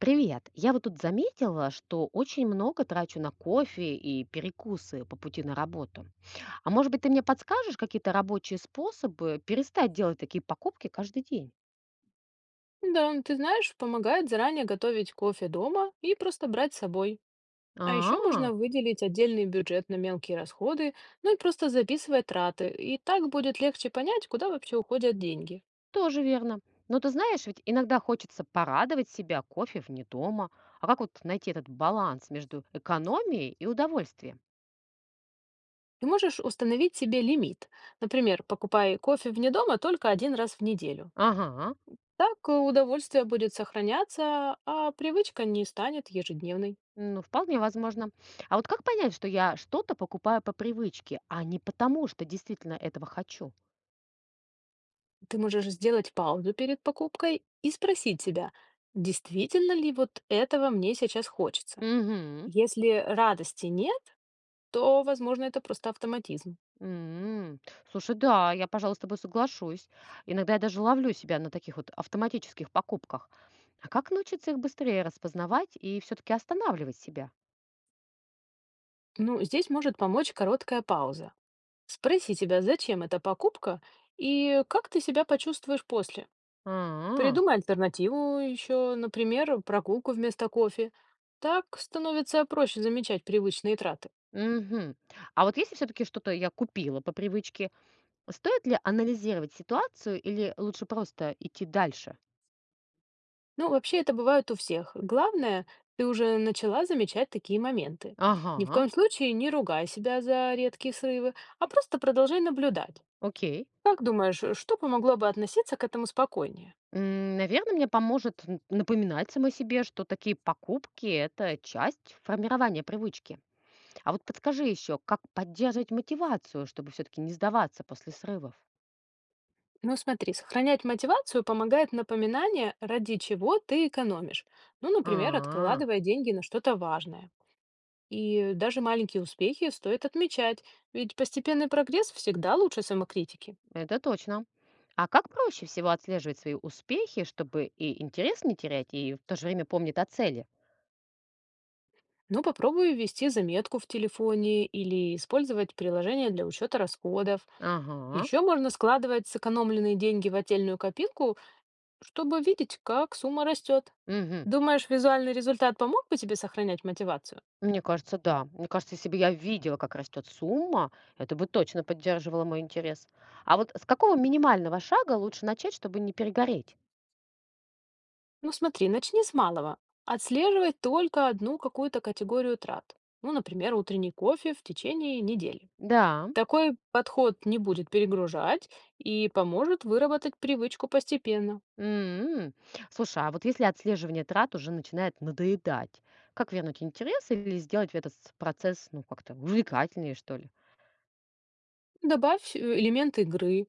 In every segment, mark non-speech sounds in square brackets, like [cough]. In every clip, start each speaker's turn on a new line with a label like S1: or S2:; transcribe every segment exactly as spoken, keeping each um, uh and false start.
S1: Привет. Я вот тут заметила, что очень много трачу на кофе и перекусы по пути на работу. А может быть, ты мне подскажешь какие-то рабочие способы перестать делать такие покупки каждый день?
S2: Да, ты знаешь, помогает заранее готовить кофе дома и просто брать с собой. А еще
S1: А,
S2: можно выделить отдельный бюджет на мелкие расходы, ну и просто записывать траты. И так будет легче понять, куда вообще уходят деньги.
S1: тоже верно. Но ты знаешь, ведь иногда хочется порадовать себя кофе вне дома. А как вот найти этот баланс между экономией и удовольствием?
S2: Ты можешь установить себе лимит. Например, покупай кофе вне дома только один раз в неделю.
S1: Ага,
S2: Так э, удовольствие будет сохраняться, а привычка не станет ежедневной.
S1: ну вполне возможно. А вот как понять, что я что-то покупаю по привычке, а не потому, что действительно этого хочу?
S2: Ты можешь сделать паузу перед покупкой и спросить себя, действительно ли вот этого мне сейчас хочется.
S1: Угу.
S2: Если радости нет, то, возможно, это просто автоматизм.
S1: М. Слушай, да, я, пожалуй, с тобой соглашусь. Иногда я даже ловлю себя на таких вот автоматических покупках. А как научиться их быстрее распознавать и все-таки останавливать себя?
S2: Ну, здесь может помочь короткая пауза. Спроси себя, зачем эта покупка и как ты себя почувствуешь после.
S1: А,
S2: Придумай альтернативу еще, например, прогулку вместо кофе. Так становится проще замечать привычные траты.
S1: мгм. А вот если все-таки что-то я купила по привычке, стоит ли анализировать ситуацию или лучше просто идти дальше?
S2: Ну, вообще это бывает у всех. Главное, ты уже начала замечать такие моменты. Ни в
S1: Ага,
S2: коем случае не ругай себя за редкие срывы, а просто продолжай наблюдать.
S1: окей.
S2: Как думаешь, э, что помогло бы относиться к этому спокойнее?
S1: Наверное, мне поможет н- напоминать самой себе, что такие покупки – это часть формирования привычки. А вот подскажи еще, как поддерживать мотивацию, чтобы все-таки не сдаваться после срывов?
S2: Ну, смотри, сохранять мотивацию помогает напоминание, ради чего ты экономишь. Ну, например,
S1: А,
S2: откладывая деньги на что-то важное. И даже маленькие успехи стоит отмечать, ведь постепенный прогресс всегда лучше самокритики.
S1: это точно. А как проще всего отслеживать свои успехи, чтобы и интерес не терять, и в то же время помнить о цели?
S2: Ну, попробуй ввести заметку в телефоне или использовать приложение для учета расходов.
S1: Ага.
S2: Еще можно складывать сэкономленные деньги в отдельную копилку, чтобы видеть, как сумма растет.
S1: Мгм.
S2: Думаешь, визуальный результат помог бы тебе сохранять мотивацию?
S1: Мне кажется, да. Мне кажется, если бы я видела, как растет сумма, это бы точно поддерживало мой интерес. А вот с какого минимального шага лучше начать, чтобы не перегореть?
S2: Ну смотри, начни с малого. Отслеживай только одну какую-то категорию трат. Ну, например, утренний кофе в течение недели.
S1: Да,
S2: Такой подход не будет перегружать и поможет выработать привычку постепенно.
S1: М. Слушай, а вот если отслеживание трат уже начинает надоедать, как вернуть интерес или сделать этот с- процесс, ну, как-то увлекательнее, что ли?
S2: Добавь э, элемент игры.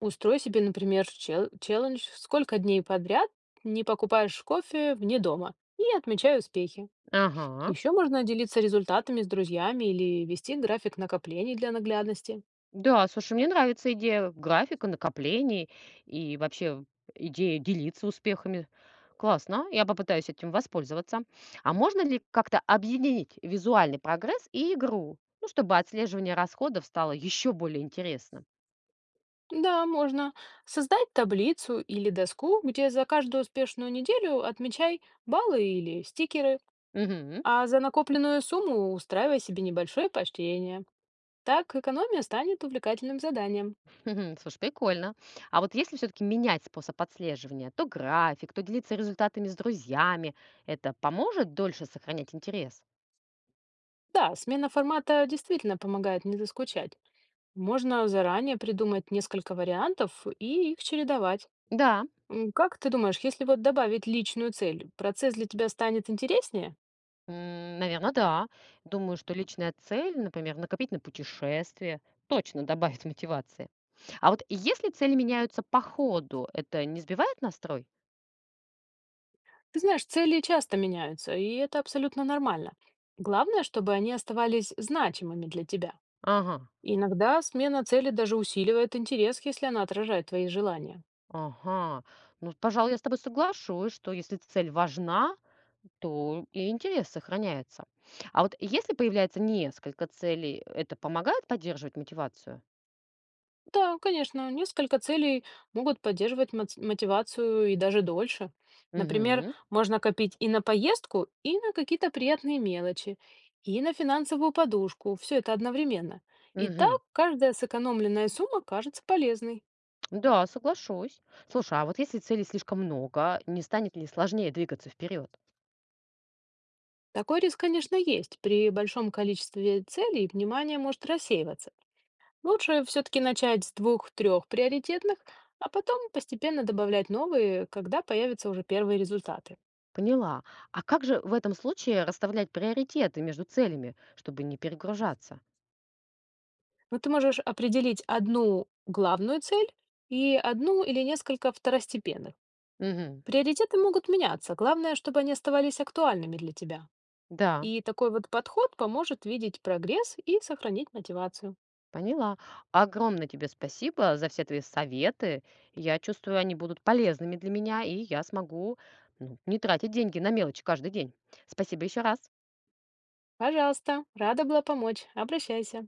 S2: Устрой себе, например, чел- челлендж, сколько дней подряд не покупаешь кофе вне дома и отмечай успехи.
S1: Ага.
S2: Еще можно делиться результатами с друзьями или вести график накоплений для наглядности.
S1: Да, слушай, мне нравится идея графика, накоплений и вообще идея делиться успехами. Классно, я попытаюсь этим воспользоваться. А можно ли как-то объединить визуальный прогресс и игру, ну, чтобы отслеживание расходов стало еще более интересным?
S2: Да, можно создать таблицу или доску, где за каждую успешную неделю отмечай баллы или стикеры,
S1: Мгм.
S2: а за накопленную сумму устраивай себе небольшое поощрение. Так экономия станет увлекательным заданием.
S1: Мгм. Слушай, прикольно. А вот если все-таки менять способ отслеживания, то график, то делиться результатами с друзьями, это поможет дольше сохранять интерес?
S2: Да, смена формата действительно помогает не заскучать. Можно заранее придумать несколько вариантов и их чередовать.
S1: Да,
S2: М, Как ты думаешь, если вот добавить личную цель, процесс для тебя станет интереснее?
S1: наверное, да. Думаю, что личная цель, например, накопить на путешествие, точно добавит [laughs] мотивации. А вот если цели меняются по ходу, это не сбивает настрой?
S2: Ты знаешь, цели часто меняются, и это абсолютно нормально. Главное, чтобы они оставались значимыми для тебя.
S1: Ага,
S2: Иногда смена цели даже усиливает интерес, если она отражает твои желания.
S1: ага. Ну, пожалуй, я с тобой соглашусь, что если цель важна, то и интерес сохраняется. А вот если появляется несколько целей, это помогает поддерживать мотивацию?
S2: Да, конечно, несколько целей могут поддерживать моц- мотивацию и даже дольше. Например,
S1: Угу,
S2: можно копить и на поездку, и на какие-то приятные мелочи, и на финансовую подушку. Все это одновременно. И
S1: угу.
S2: так каждая сэкономленная сумма кажется полезной.
S1: Да, соглашусь. Слушай, а вот если целей слишком много, не станет ли сложнее двигаться вперед?
S2: Такой риск, конечно, есть. При большом количестве целей внимание может рассеиваться. Лучше все-таки начать с двух-трех приоритетных, а потом постепенно добавлять новые, когда появятся уже первые результаты.
S1: Поняла. А как же в этом случае расставлять приоритеты между целями, чтобы не перегружаться?
S2: Ну, ты можешь определить одну главную цель и одну или несколько второстепенных.
S1: Угу.
S2: Приоритеты могут меняться, главное, чтобы они оставались актуальными для тебя.
S1: Да.
S2: И такой вот подход поможет видеть прогресс и сохранить мотивацию.
S1: Поняла. Огромное тебе спасибо за все твои советы. Я чувствую, они будут полезными для меня, и я смогу, ну, не тратить деньги на мелочи каждый день. Спасибо еще раз.
S2: Пожалуйста, рада была помочь. Обращайся.